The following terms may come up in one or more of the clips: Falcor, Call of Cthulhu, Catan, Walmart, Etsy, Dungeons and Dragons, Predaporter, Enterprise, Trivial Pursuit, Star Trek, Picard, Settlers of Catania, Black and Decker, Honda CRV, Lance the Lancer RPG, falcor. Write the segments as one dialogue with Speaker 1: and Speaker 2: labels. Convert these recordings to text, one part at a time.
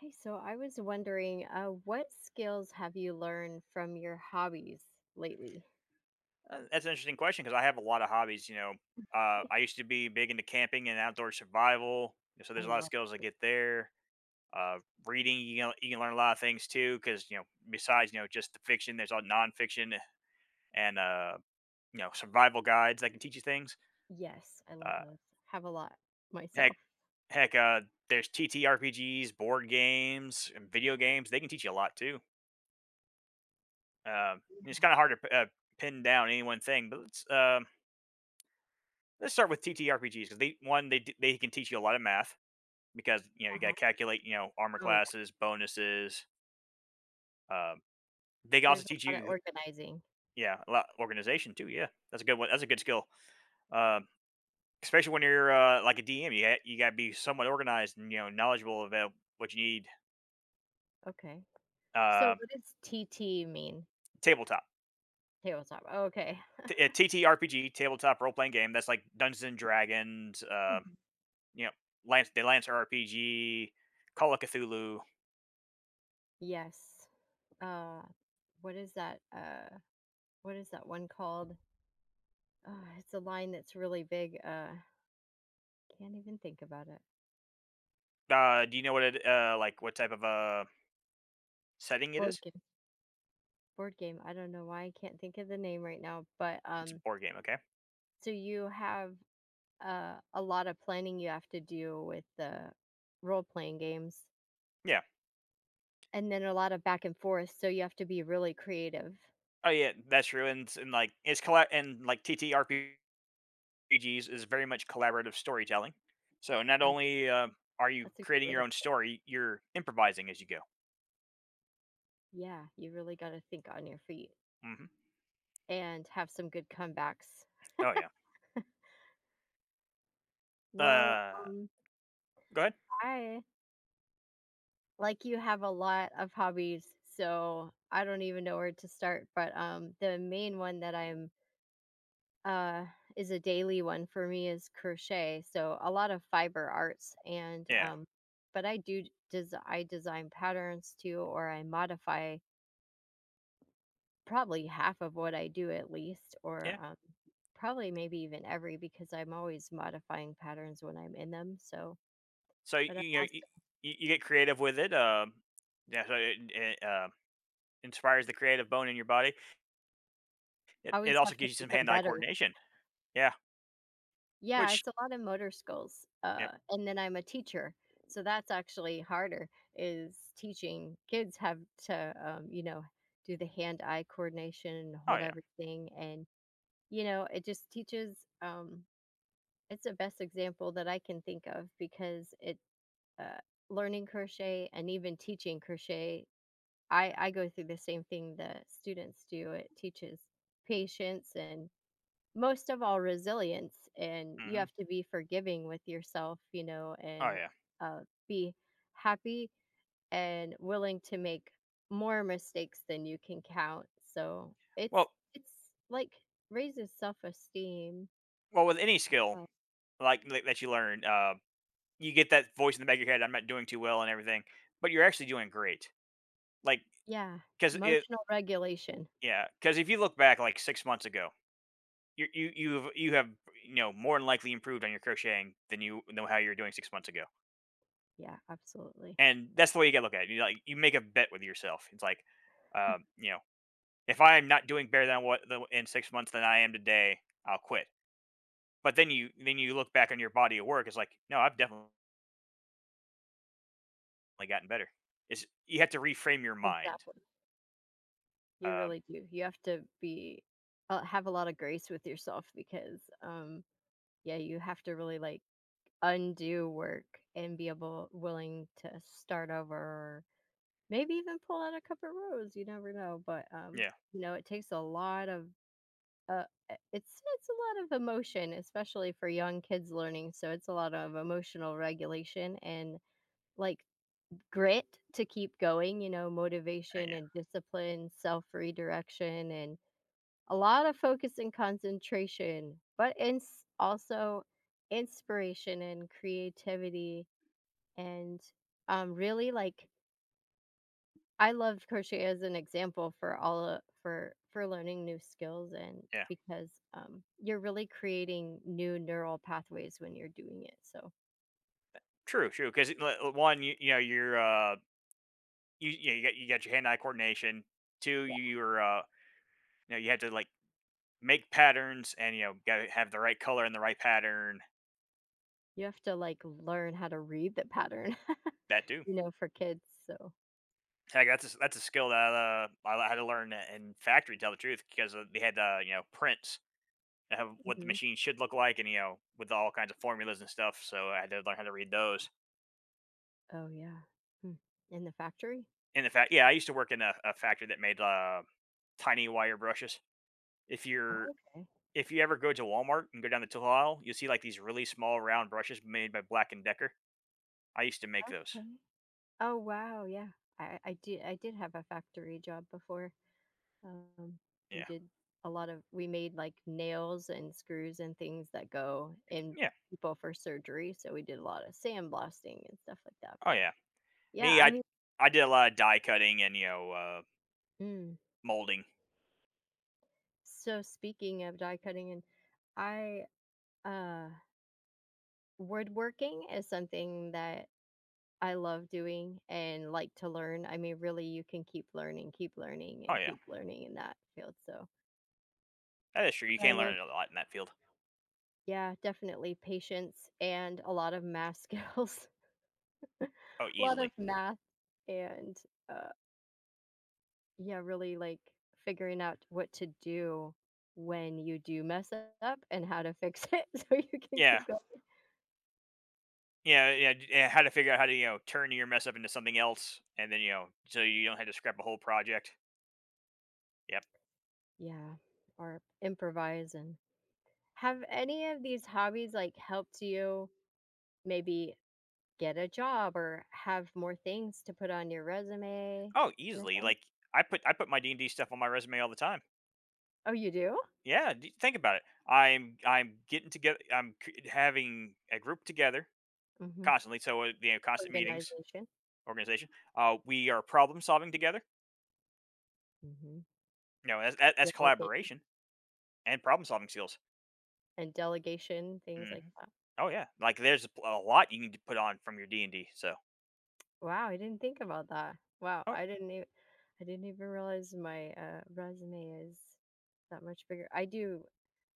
Speaker 1: Hey, so I was wondering, what skills have you learned from your hobbies lately?
Speaker 2: That's an interesting question because I have a lot of hobbies. I used to be big into camping and outdoor survival, so
Speaker 1: I
Speaker 2: there's a lot of
Speaker 1: love
Speaker 2: skills I get there. Uh, Reading, you can learn a lot of things too because besides just the fiction, there's all nonfiction and survival guides that can teach you things.
Speaker 1: Yes, I love
Speaker 2: Uh,
Speaker 1: those. Have a lot
Speaker 2: heck,
Speaker 1: myself.
Speaker 2: heck, there's TTRPGs, board games, and video games. They can teach you a lot too. It's
Speaker 1: Yeah.
Speaker 2: kind of hard to pin down any one thing, but let's start with TTRPGs because they one they d- they can teach you a lot of math because you got to
Speaker 1: Uh-huh.
Speaker 2: calculate, armor
Speaker 1: Oh yeah.
Speaker 2: classes, bonuses. Um, they can
Speaker 1: There's
Speaker 2: also teach
Speaker 1: a lot of
Speaker 2: you,
Speaker 1: organizing.
Speaker 2: yeah, a lot organization too. Yeah, that's a good one. That's a good skill. Um Especially when you're like a DM. You got to be somewhat organized and knowledgeable about what you need.
Speaker 1: Okay. So
Speaker 2: Uh,
Speaker 1: what does TT mean?
Speaker 2: Tabletop.
Speaker 1: Tabletop. Okay.
Speaker 2: TTRPG, tabletop role playing game. That's like Dungeons and Dragons.
Speaker 1: Mhm.
Speaker 2: You know, Lance the Lancer RPG, Call of Cthulhu.
Speaker 1: Yes. Uh, what is that? What is that one called? Uh, it's a line that's really big. Can't even think about it.
Speaker 2: Do you know what it like? What type of setting it is?
Speaker 1: Board board game. I don't know why I can't think of the name right now, but
Speaker 2: It's a board game. Okay.
Speaker 1: so you have a lot of planning you have to do with the role playing games,
Speaker 2: Yeah.
Speaker 1: and then a lot of back and forth. So you have to be really creative.
Speaker 2: Oh yeah, that's true, and like, it's collab, and, like, TTRPGs is very much collaborative storytelling. So, not
Speaker 1: Right.
Speaker 2: only, are you
Speaker 1: That's a good
Speaker 2: creating
Speaker 1: way
Speaker 2: your
Speaker 1: to,
Speaker 2: own story, you're improvising as you go.
Speaker 1: Yeah, you really got to think on your feet
Speaker 2: Mhm.
Speaker 1: and have some good comebacks.
Speaker 2: Oh, yeah.
Speaker 1: Well,
Speaker 2: Uh,
Speaker 1: um,
Speaker 2: Go ahead.
Speaker 1: I like you have a lot of hobbies, so I don't even know where to start, but the main one that I'm uh is a daily one for me is crochet, so a lot of fiber arts and
Speaker 2: Yeah,
Speaker 1: but I do I design patterns too, or I modify probably half of what I do at least, or
Speaker 2: yeah.
Speaker 1: probably maybe even every because I'm always modifying patterns when I'm in them, so
Speaker 2: So,
Speaker 1: but I'm also
Speaker 2: you get creative with it, yeah, so it inspires the creative bone in your body.
Speaker 1: I
Speaker 2: It
Speaker 1: always
Speaker 2: also
Speaker 1: have to
Speaker 2: gives you
Speaker 1: make
Speaker 2: some
Speaker 1: them
Speaker 2: hand-eye
Speaker 1: better.
Speaker 2: coordination. Yeah,
Speaker 1: Yeah,
Speaker 2: which
Speaker 1: it's a lot of motor skills,
Speaker 2: yep.
Speaker 1: and then I'm a teacher, so that's actually harder is teaching kids have to, you know, do the hand-eye coordination and
Speaker 2: Oh,
Speaker 1: hold
Speaker 2: yeah.
Speaker 1: everything, and, you know, it just teaches, it's the best example that I can think of because it, uh learning crochet and even teaching crochet, I go through the same thing that students do. It teaches patience and most of all resilience, and you
Speaker 2: Mhm.
Speaker 1: have to be forgiving with yourself, you know,
Speaker 2: Oh,
Speaker 1: and
Speaker 2: yeah.
Speaker 1: uh, be happy and willing to make more mistakes than you can count, so
Speaker 2: Well
Speaker 1: it's like raises self-esteem.
Speaker 2: well, with any skill,
Speaker 1: uh,
Speaker 2: like, that you learn, you get that voice in the back of your head, I'm not doing too well and everything, but you're actually doing great. Like,
Speaker 1: yeah,
Speaker 2: cause it,
Speaker 1: emotional regulation.
Speaker 2: yeah, cause if you look back like 6 months ago, you have more than likely improved on your crocheting than how you were doing 6 months ago,
Speaker 1: Yeah, absolutely.
Speaker 2: and that's the way you got to look at it. You, like, you make a bet with yourself. It's like, um, you know, if I am not doing better than in 6 months than I am today, I'll quit. But then you look back on your body of work. It's like, no, I've definitely gotten better. It's, you have to reframe your mind.
Speaker 1: Exactly, you
Speaker 2: Uh,
Speaker 1: really do, you have to be have a lot of grace with yourself, because yeah, you have to really like undo work and be able willing to start over, or maybe even pull out a couple rows, you never know. But
Speaker 2: yeah.
Speaker 1: you know it takes a lot of uh it's a lot of emotion especially for young kids learning, so it's a lot of emotional regulation and like grit to keep going, you know, motivation
Speaker 2: Yeah,
Speaker 1: and discipline, self redirection and a lot of focus and concentration, but in also inspiration and creativity, and, really, like, I love crochet as an example for all of for learning new skills, and
Speaker 2: yeah.
Speaker 1: because, you're really creating new neural pathways when you're doing it, so
Speaker 2: True, true. Because one, you're you know, you got your hand-eye coordination. Two, you were you know, you had to, like, make patterns and, got to have the right color and the right pattern.
Speaker 1: you have to, like, learn how to read the pattern,
Speaker 2: That too.
Speaker 1: you know, for kids, so
Speaker 2: Heck, that's a skill that I had to learn in factory, to tell the truth, because they had prints that have what the
Speaker 1: Mhm.
Speaker 2: machine should look like, and, with all kinds of formulas and stuff. So I had to learn how to read those.
Speaker 1: Oh, yeah. Hmm. In the factory?
Speaker 2: And in fact, yeah, I used to work in a factory that made tiny wire brushes. If
Speaker 1: Oh,
Speaker 2: you're
Speaker 1: okay.
Speaker 2: If you ever go to Walmart and go down the tool aisle, you'll see like these really small round brushes made by Black and Decker. I used to make those.
Speaker 1: Okay. Oh, wow, yeah. I did have a factory job before. Um, we
Speaker 2: Yeah.
Speaker 1: did a lot of we made, like, nails and screws and things that go in
Speaker 2: Yeah.
Speaker 1: people for surgery, so we did a lot of sandblasting and stuff like that,
Speaker 2: Oh
Speaker 1: but
Speaker 2: yeah.
Speaker 1: yeah,
Speaker 2: Me,
Speaker 1: I
Speaker 2: I
Speaker 1: mean
Speaker 2: I did a lot of die cutting and,
Speaker 1: mm.
Speaker 2: molding.
Speaker 1: So speaking of die cutting and I, uh woodworking is something that I love doing and like to learn. I mean, really, you can keep learning,
Speaker 2: Oh
Speaker 1: and
Speaker 2: yeah,
Speaker 1: keep learning in that field, so
Speaker 2: that is true. You
Speaker 1: I
Speaker 2: can
Speaker 1: love
Speaker 2: learn a lot in that field.
Speaker 1: yeah, definitely patience and a lot of math skills.
Speaker 2: Oh,
Speaker 1: A lot of
Speaker 2: easily.
Speaker 1: math and uh yeah, really like figuring out what to do when you do mess up and how to fix it so you can
Speaker 2: Yeah.
Speaker 1: keep going.
Speaker 2: Yeah, yeah, yeah, how to figure out how to, turn your mess up into something else and then, so you don't have to scrap a whole project. Yep.
Speaker 1: Yeah, or improvise. And have any of these hobbies like helped you maybe get a job or have more things to put on your resume
Speaker 2: Oh,
Speaker 1: kind of
Speaker 2: easily.
Speaker 1: thing?
Speaker 2: Like I put my D&D stuff on my resume all the time.
Speaker 1: Oh you do.
Speaker 2: Yeah, d think about it. I'm getting together I'm c having a group together
Speaker 1: Hmm.
Speaker 2: constantly, so, constant meetings,
Speaker 1: Organization.
Speaker 2: organization. We are problem solving together.
Speaker 1: Hmm.
Speaker 2: That's that's
Speaker 1: Delegating
Speaker 2: collaboration and problem solving skills.
Speaker 1: and delegation, things like
Speaker 2: Mhm.
Speaker 1: that.
Speaker 2: Oh, yeah. Like, there's a lot you need to put on from your D&D, so.
Speaker 1: Wow, I didn't think about that. Wow,
Speaker 2: Oh,
Speaker 1: I didn't even realize my resume is that much bigger. I do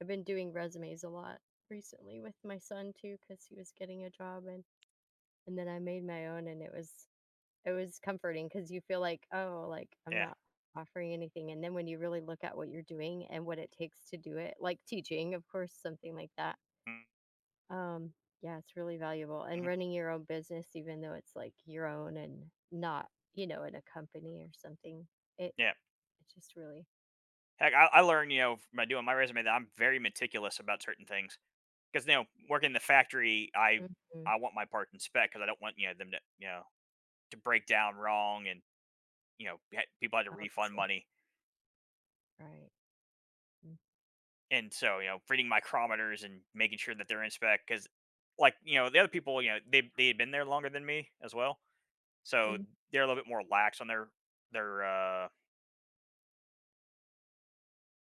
Speaker 1: I've been doing resumes a lot recently with my son too cuz he was getting a job, and then I made my own and it was comforting cuz you feel like, oh, like I'm
Speaker 2: yeah.
Speaker 1: not offering anything, and then when you really look at what you're doing and what it takes to do it, like teaching, of course, something like that, um, yeah, it's really valuable, and
Speaker 2: Mhm.
Speaker 1: running your own business, even though it's, like, your own and not, you know, in a company or something, it
Speaker 2: Yeah.
Speaker 1: it's just really
Speaker 2: Heck, I learned, you know, f by doing my resume that I'm very meticulous about certain things because, working in the factory, I
Speaker 1: mhm.
Speaker 2: I want my parts in spec because I don't want, them to break down wrong and, people had to
Speaker 1: Oh, I
Speaker 2: refund
Speaker 1: see.
Speaker 2: money.
Speaker 1: Right. Mm,
Speaker 2: And so, reading micrometers and making sure that they're in spec because, like, the other people, they had been there longer than me as well, so
Speaker 1: mhm.
Speaker 2: they're a little bit more lax on their,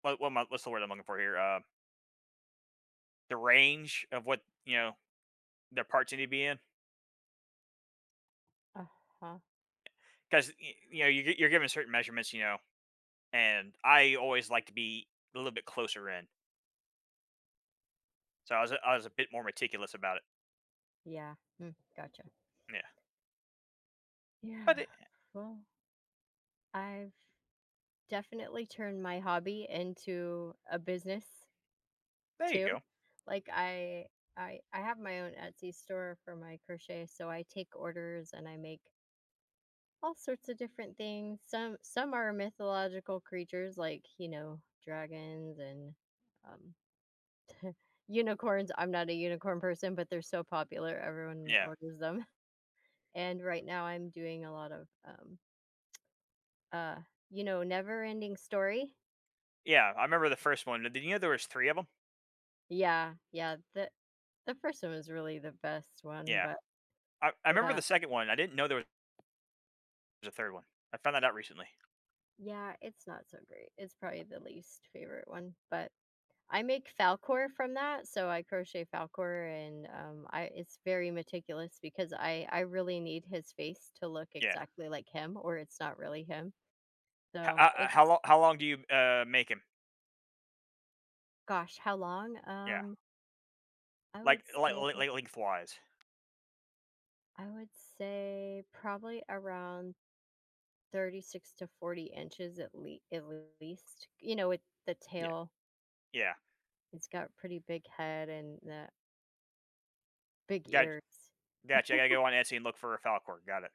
Speaker 2: what am I, what's the word I'm looking for here? The range of what their parts need to be in
Speaker 1: Uh-huh.
Speaker 2: because you're given certain measurements, and I always like to be a little bit closer in, so I was a bit more meticulous about it.
Speaker 1: Yeah. Mm, gotcha.
Speaker 2: Yeah, but
Speaker 1: Yeah.
Speaker 2: it,
Speaker 1: Well, I've definitely turned my hobby into a business
Speaker 2: there you
Speaker 1: too.
Speaker 2: go.
Speaker 1: Like, I I have my own Etsy store for my crochet, so I take orders and I make all sorts of different things. Some are mythological creatures, like, you know, dragons and um, unicorns. I'm not a unicorn person, but they're so popular. Everyone
Speaker 2: Yeah.
Speaker 1: orders them. And right now I'm doing a lot of uh you know, never ending story.
Speaker 2: Yeah, I remember the first one. Did you know there was 3 of them?
Speaker 1: Yeah, yeah. The first one was really the best one,
Speaker 2: Yeah. I
Speaker 1: but
Speaker 2: remember the second one. I didn't know there was a third one. I found that out recently.
Speaker 1: yeah, it's not so great. It's probably the least favorite one, but I make Falcor from that, so I crochet Falcor, and, I it's very meticulous because I really need his face to look
Speaker 2: Yeah.
Speaker 1: exactly like him, or it's not really him.
Speaker 2: H
Speaker 1: So
Speaker 2: how
Speaker 1: it's
Speaker 2: long how long do you, make him?
Speaker 1: gosh, how long?
Speaker 2: Yeah.
Speaker 1: I would
Speaker 2: Like like
Speaker 1: say
Speaker 2: like like lengthwise.
Speaker 1: I would say probably around 36 to 40 inches at le at least. You know, with the
Speaker 2: Yeah,
Speaker 1: tail,
Speaker 2: yeah.
Speaker 1: it has got pretty big head and the big
Speaker 2: Got
Speaker 1: ears.
Speaker 2: Gotcha, I gotta go on Etsy and look for a Falcor, got it.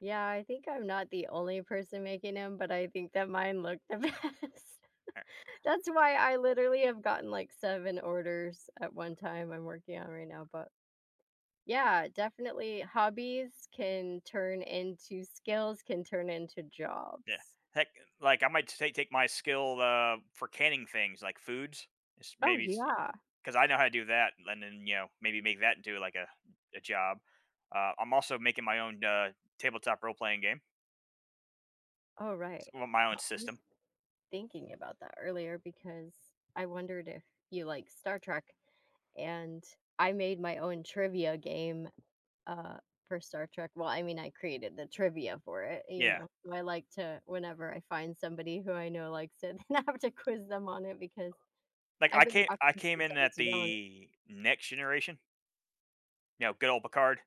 Speaker 1: Yeah, I think I'm not the only person making them, but I think that mine look the best.
Speaker 2: Alright,
Speaker 1: That's why I literally have gotten like 7 orders at one time I'm working on right now, but yeah, definitely hobbies can turn into skills, can turn into
Speaker 2: yeah.
Speaker 1: jobs.
Speaker 2: Heck, like, I might take my skill, for canning things, like foods, s
Speaker 1: Oh,
Speaker 2: maybe
Speaker 1: yeah.
Speaker 2: because I know how to do that, and then, maybe make that into, like, a job. I'm also making my own, tabletop role-playing game.
Speaker 1: Oh, right.
Speaker 2: Well, my own
Speaker 1: I was
Speaker 2: system.
Speaker 1: thinking about that earlier because I wondered if you like Star Trek and I made my own trivia game uh, for Star Trek. Well, I mean, I created the trivia for it, you
Speaker 2: Yeah.
Speaker 1: know. So I like to whenever I find somebody who I know likes it, then I have to quiz them on it because
Speaker 2: Like
Speaker 1: I've
Speaker 2: I
Speaker 1: been
Speaker 2: came I
Speaker 1: watching
Speaker 2: came
Speaker 1: since I
Speaker 2: in at
Speaker 1: was young.
Speaker 2: the Next Generation, good old Picard.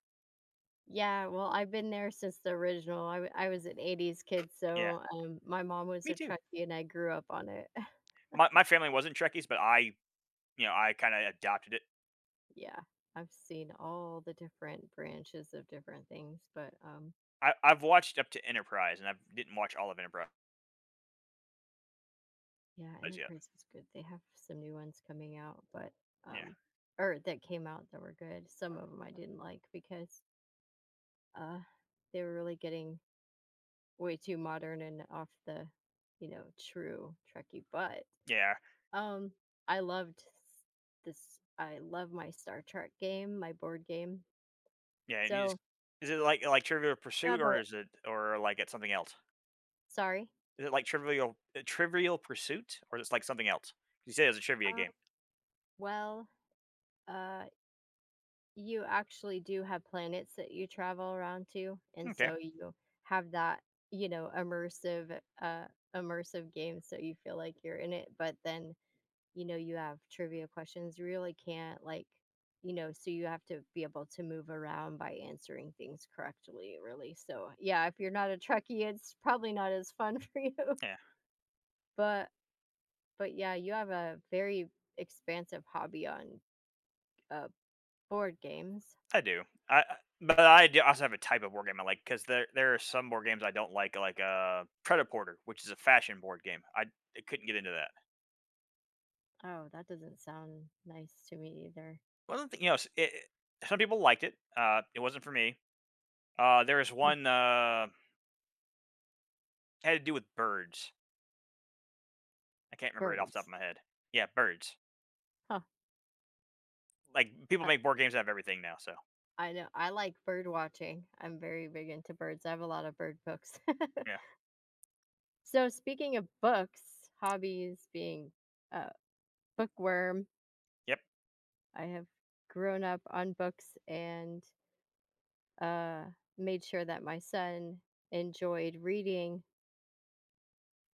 Speaker 1: Yeah, well, I've been there since the original. I was an '80s kid,
Speaker 2: Yeah.
Speaker 1: so, my mom was
Speaker 2: Me
Speaker 1: a
Speaker 2: too.
Speaker 1: Trekkie and I grew up on it.
Speaker 2: My family wasn't Trekkies, but I kinda adopted it.
Speaker 1: Yeah, I've seen all the different branches of different things, but,
Speaker 2: I've watched up to Enterprise and I didn't watch all of Enterprise
Speaker 1: yeah,
Speaker 2: yet.
Speaker 1: Enterprise was good. They have some new ones coming out, but
Speaker 2: Yeah.
Speaker 1: um or that came out that were good. Some of them I didn't like because uh they were really getting way too modern and off the, you know, true Trekkie. But
Speaker 2: Yeah.
Speaker 1: um I loved s- this I love my Star Trek game, my board game.
Speaker 2: Yeah. And you
Speaker 1: So,
Speaker 2: just Is it like Trivial
Speaker 1: you
Speaker 2: Pursuit,
Speaker 1: have a
Speaker 2: or like it's something else?
Speaker 1: sorry.
Speaker 2: Is it like Trivial Pursuit or is it like something else? You said it was a trivia
Speaker 1: Um
Speaker 2: game.
Speaker 1: well, uh you actually do have planets that you travel around to, and
Speaker 2: Okay.
Speaker 1: so you have that, you know, immersive immersive game so you feel like you're in it, but then, you know, you have trivia questions. You really can't like, you know, so you have to be able to move around by answering things correctly, really. So, yeah, if you're not a Trekkie, it's probably not as fun for you.
Speaker 2: Yeah.
Speaker 1: But but yeah, you have a very expansive hobby on uh board games.
Speaker 2: I do. I- but I do also have a type of board game I like because there are some board games I don't like Predaporter, which is a fashion board game. I couldn't get into that.
Speaker 1: Oh, that doesn't sound nice to me either.
Speaker 2: Well, the thing, some people liked it. It wasn't for me. There was one had to do with birds. I can't remember it off the top
Speaker 1: Birds.
Speaker 2: of my head. Yeah, birds.
Speaker 1: Huh.
Speaker 2: Like people
Speaker 1: I,
Speaker 2: make board games out of everything now. So
Speaker 1: I know. I like bird watching. I'm very big into birds. I have a lot of bird books.
Speaker 2: yeah,
Speaker 1: So, speaking of books, hobbies being a bookworm,
Speaker 2: yep.
Speaker 1: I have grown up on books and uh, made sure that my son enjoyed reading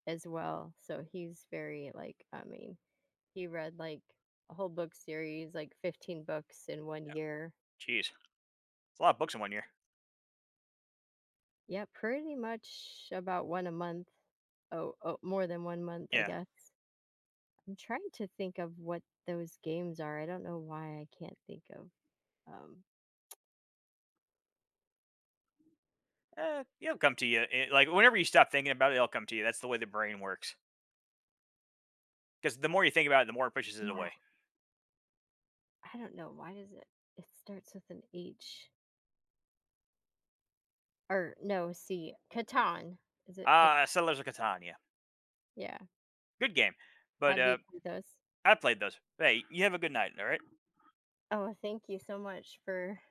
Speaker 1: as well. So, he's very, like, I mean, he read like a whole book series, like 15 books in one year.
Speaker 2: Jeez, it's a lot of books in one year.
Speaker 1: Yeah, pretty much about one a month. Oh, oh, more than one month, I
Speaker 2: Yeah,
Speaker 1: guess. I'm trying to think of what those games are. I don't know why I can't think of. Um,
Speaker 2: it'll come to you. Like whenever you stop thinking about it, it'll come to you. That's the way the brain works. Because the more you think about it, the more it pushes it
Speaker 1: yeah,
Speaker 2: away.
Speaker 1: I don't know. Why does it? It starts with an H or no, C. Catan. Is it? Cat-
Speaker 2: Ah, Settlers of Catania.
Speaker 1: yeah.
Speaker 2: Good game. But,
Speaker 1: Have you played those?
Speaker 2: I played those. Hey, you have a good night, all right?
Speaker 1: Oh, thank you so much for